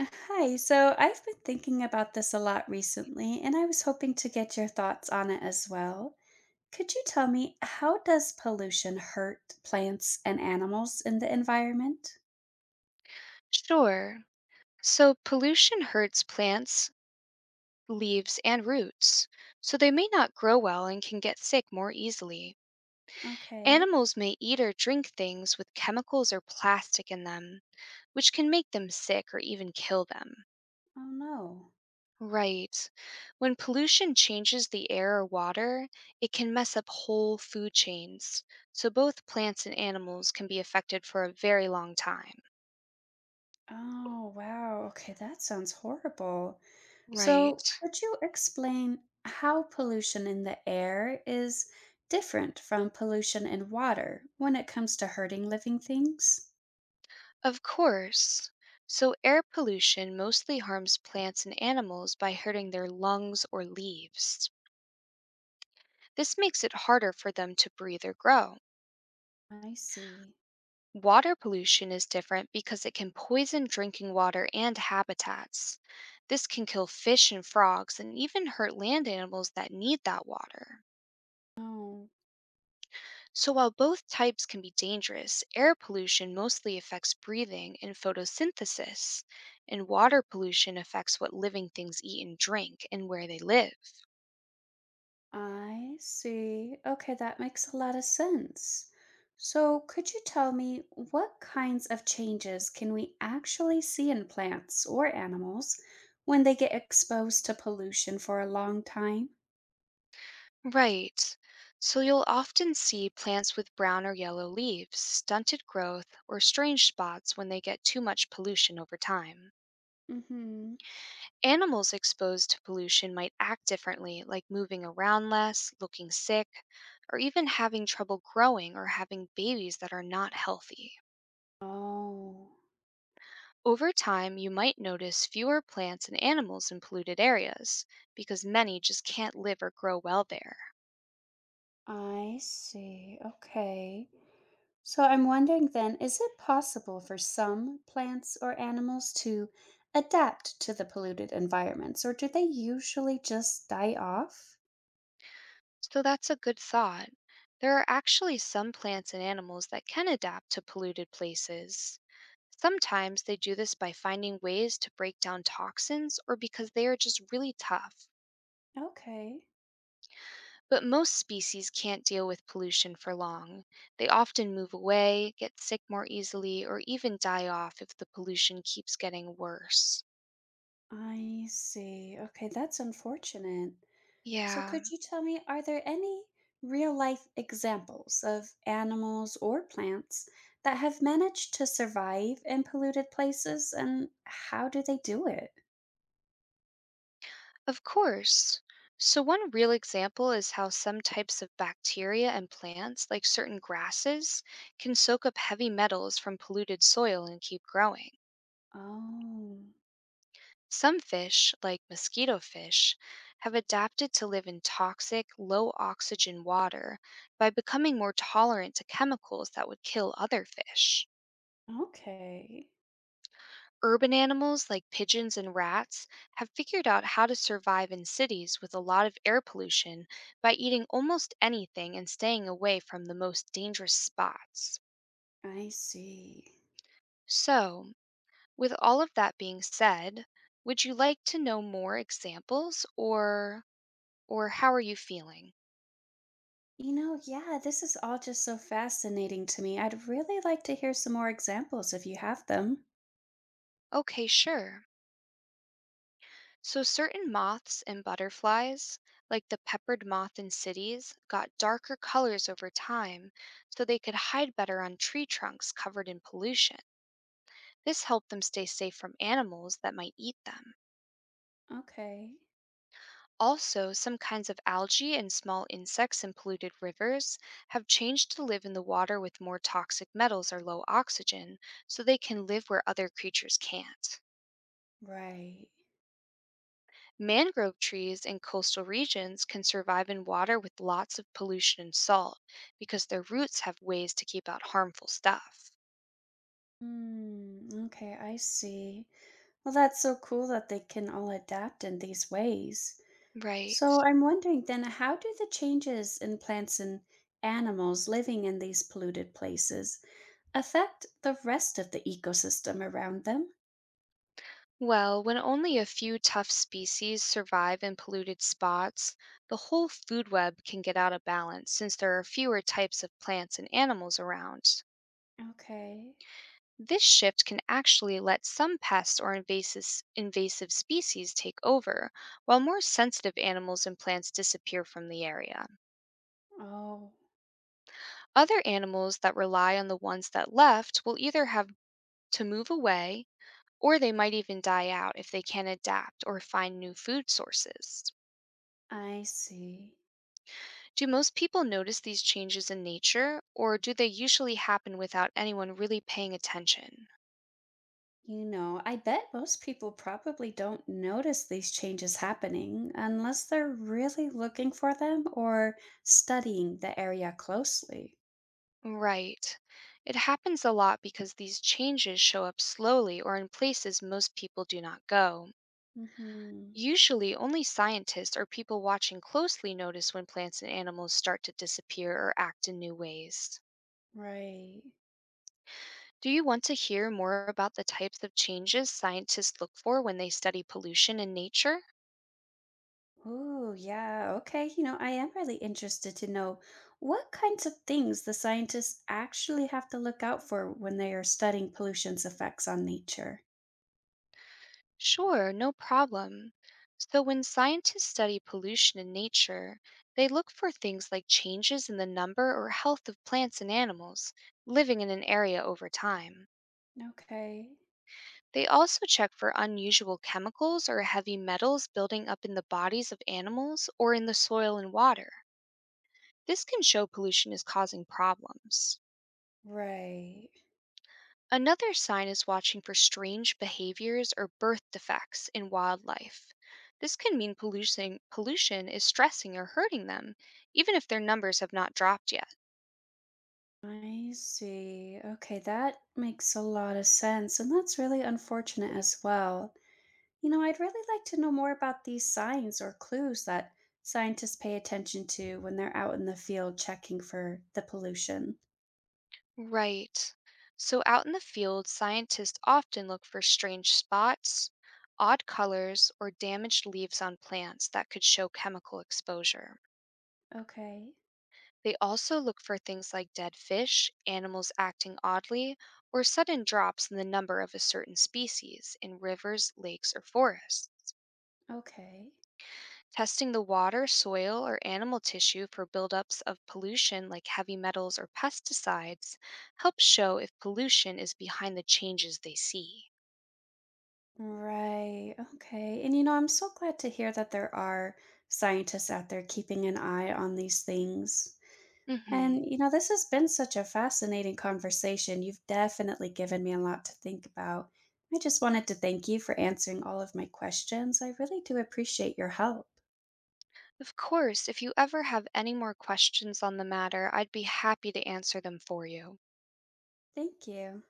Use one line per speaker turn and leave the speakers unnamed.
Hi, so I've been thinking about this a lot recently, and I was hoping to get your thoughts on it as well. Could you tell me, how does pollution hurt plants and animals in the environment?
Sure. So pollution hurts plants, leaves, and roots, so they may not grow well and can get sick more easily.
Okay.
Animals may eat or drink things with chemicals or plastic in them, which can make them sick or even kill them.
Oh no.
Right. When pollution changes the air or water, it can mess up whole food chains, so both plants and animals can be affected for a very long time.
Oh, wow. Okay, that sounds horrible. So,
Right.
could you explain how pollution in the air is different from pollution in water when it comes to hurting living things?
Of course. So, air pollution mostly harms plants and animals by hurting their lungs or leaves. This makes it harder for them to breathe or grow.
I see.
Water pollution is different because it can poison drinking water and habitats. This can kill fish and frogs and even hurt land animals that need that water.
Oh.
So, while both types can be dangerous, air pollution mostly affects breathing and photosynthesis, and water pollution affects what living things eat and drink and where they live.
I see. Okay, that makes a lot of sense. So, could you tell me, what kinds of changes can we actually see in plants or animals when they get exposed to pollution for a long time?
Right. So, you'll often see plants with brown or yellow leaves, stunted growth, or strange spots when they get too much pollution over time.
Mm-hmm.
Animals exposed to pollution might act differently, like moving around less, looking sick, or even having trouble growing or having babies that are not healthy.
Oh,
Over time, you might notice fewer plants and animals in polluted areas because many just can't live or grow well there.
I see. Okay. So I'm wondering then, is it possible for some plants or animals to adapt to the polluted environments, or do they usually just die off?
So that's a good thought. There are actually some plants and animals that can adapt to polluted places. Sometimes they do this by finding ways to break down toxins or because they are just really tough.
Okay.
But most species can't deal with pollution for long. They often move away, get sick more easily, or even die off if the pollution keeps getting worse.
I see. Okay, that's unfortunate. So,
Yeah.
could you tell me, are there any real life examples of animals or plants that have managed to survive in polluted places, and how do they do it?
Of course. So, one real example is how some types of bacteria and plants, like certain grasses, can soak up heavy metals from polluted soil and keep growing.
Oh,
Some fish, like mosquito fish, have adapted to live in toxic, low oxygen water by becoming more tolerant to chemicals that would kill other fish.
okay.
Urban animals like pigeons and rats have figured out how to survive in cities with a lot of air pollution by eating almost anything and staying away from the most dangerous spots.
I see.
So, with all of that being said, would you like to know more examples or how are you feeling?
Yeah, this is all just so fascinating to me. I'd really like to hear some more examples if you have them.
Okay, sure. So, certain moths and butterflies, like the peppered moth in cities, got darker colors over time so they could hide better on tree trunks covered in pollution. This helped them stay safe from animals that might eat them.
Okay.
Also, some kinds of algae and small insects in polluted rivers have changed to live in the water with more toxic metals or low oxygen so they can live where other creatures can't.
Right.
Mangrove trees in coastal regions can survive in water with lots of pollution and salt because their roots have ways to keep out harmful stuff.
Hmm. Okay, I see. Well, that's so cool that they can all adapt in these ways.
Right.
So I'm wondering then, how do the changes in plants and animals living in these polluted places affect the rest of the ecosystem around them?
Well, when only a few tough species survive in polluted spots, the whole food web can get out of balance since there are fewer types of plants and animals around.
Okay.
This shift can actually let some pests or invasive species take over, while more sensitive animals and plants disappear from the area.
Oh,
Other animals that rely on the ones that left will either have to move away or they might even die out if they can't adapt or find new food sources.
I see.
Do most people notice these changes in nature or do they usually happen without anyone really paying attention?
I bet most people probably don't notice these changes happening unless they're really looking for them or studying the area closely.
Right. It happens a lot because these changes show up slowly or in places most people do not go.
Hmm.
Usually, only scientists or people watching closely notice when plants and animals start to disappear or act in new ways.
Right.
Do you want to hear more about the types of changes scientists look for when they study pollution in nature?
Oh, yeah. Okay. I am really interested to know what kinds of things the scientists actually have to look out for when they are studying pollution's effects on nature.
Sure, no problem. So, when scientists study pollution in nature, they look for things like changes in the number or health of plants and animals living in an area over time.
Okay.
They also check for unusual chemicals or heavy metals building up in the bodies of animals or in the soil and water. This can show pollution is causing problems.
Right.
Another sign is watching for strange behaviors or birth defects in wildlife. This can mean pollution is stressing or hurting them, even if their numbers have not dropped yet.
I see. Okay, that makes a lot of sense, and that's really unfortunate as well. I'd really like to know more about these signs or clues that scientists pay attention to when they're out in the field checking for the pollution.
Right. So, out in the field, scientists often look for strange spots, odd colors, or damaged leaves on plants that could show chemical exposure.
Okay.
They also look for things like dead fish, animals acting oddly, or sudden drops in the number of a certain species in rivers, lakes, or forests.
Okay.
Testing the water, soil, or animal tissue for buildups of pollution like heavy metals or pesticides helps show if pollution is behind the changes they see.
Right. Okay. And I'm so glad to hear that there are scientists out there keeping an eye on these things.
Hmm.
And this has been such a fascinating conversation. You've definitely given me a lot to think about. I just wanted to thank you for answering all of my questions. I really do appreciate your help.
Of course, if you ever have any more questions on the matter, I'd be happy to answer them for you.
Thank you.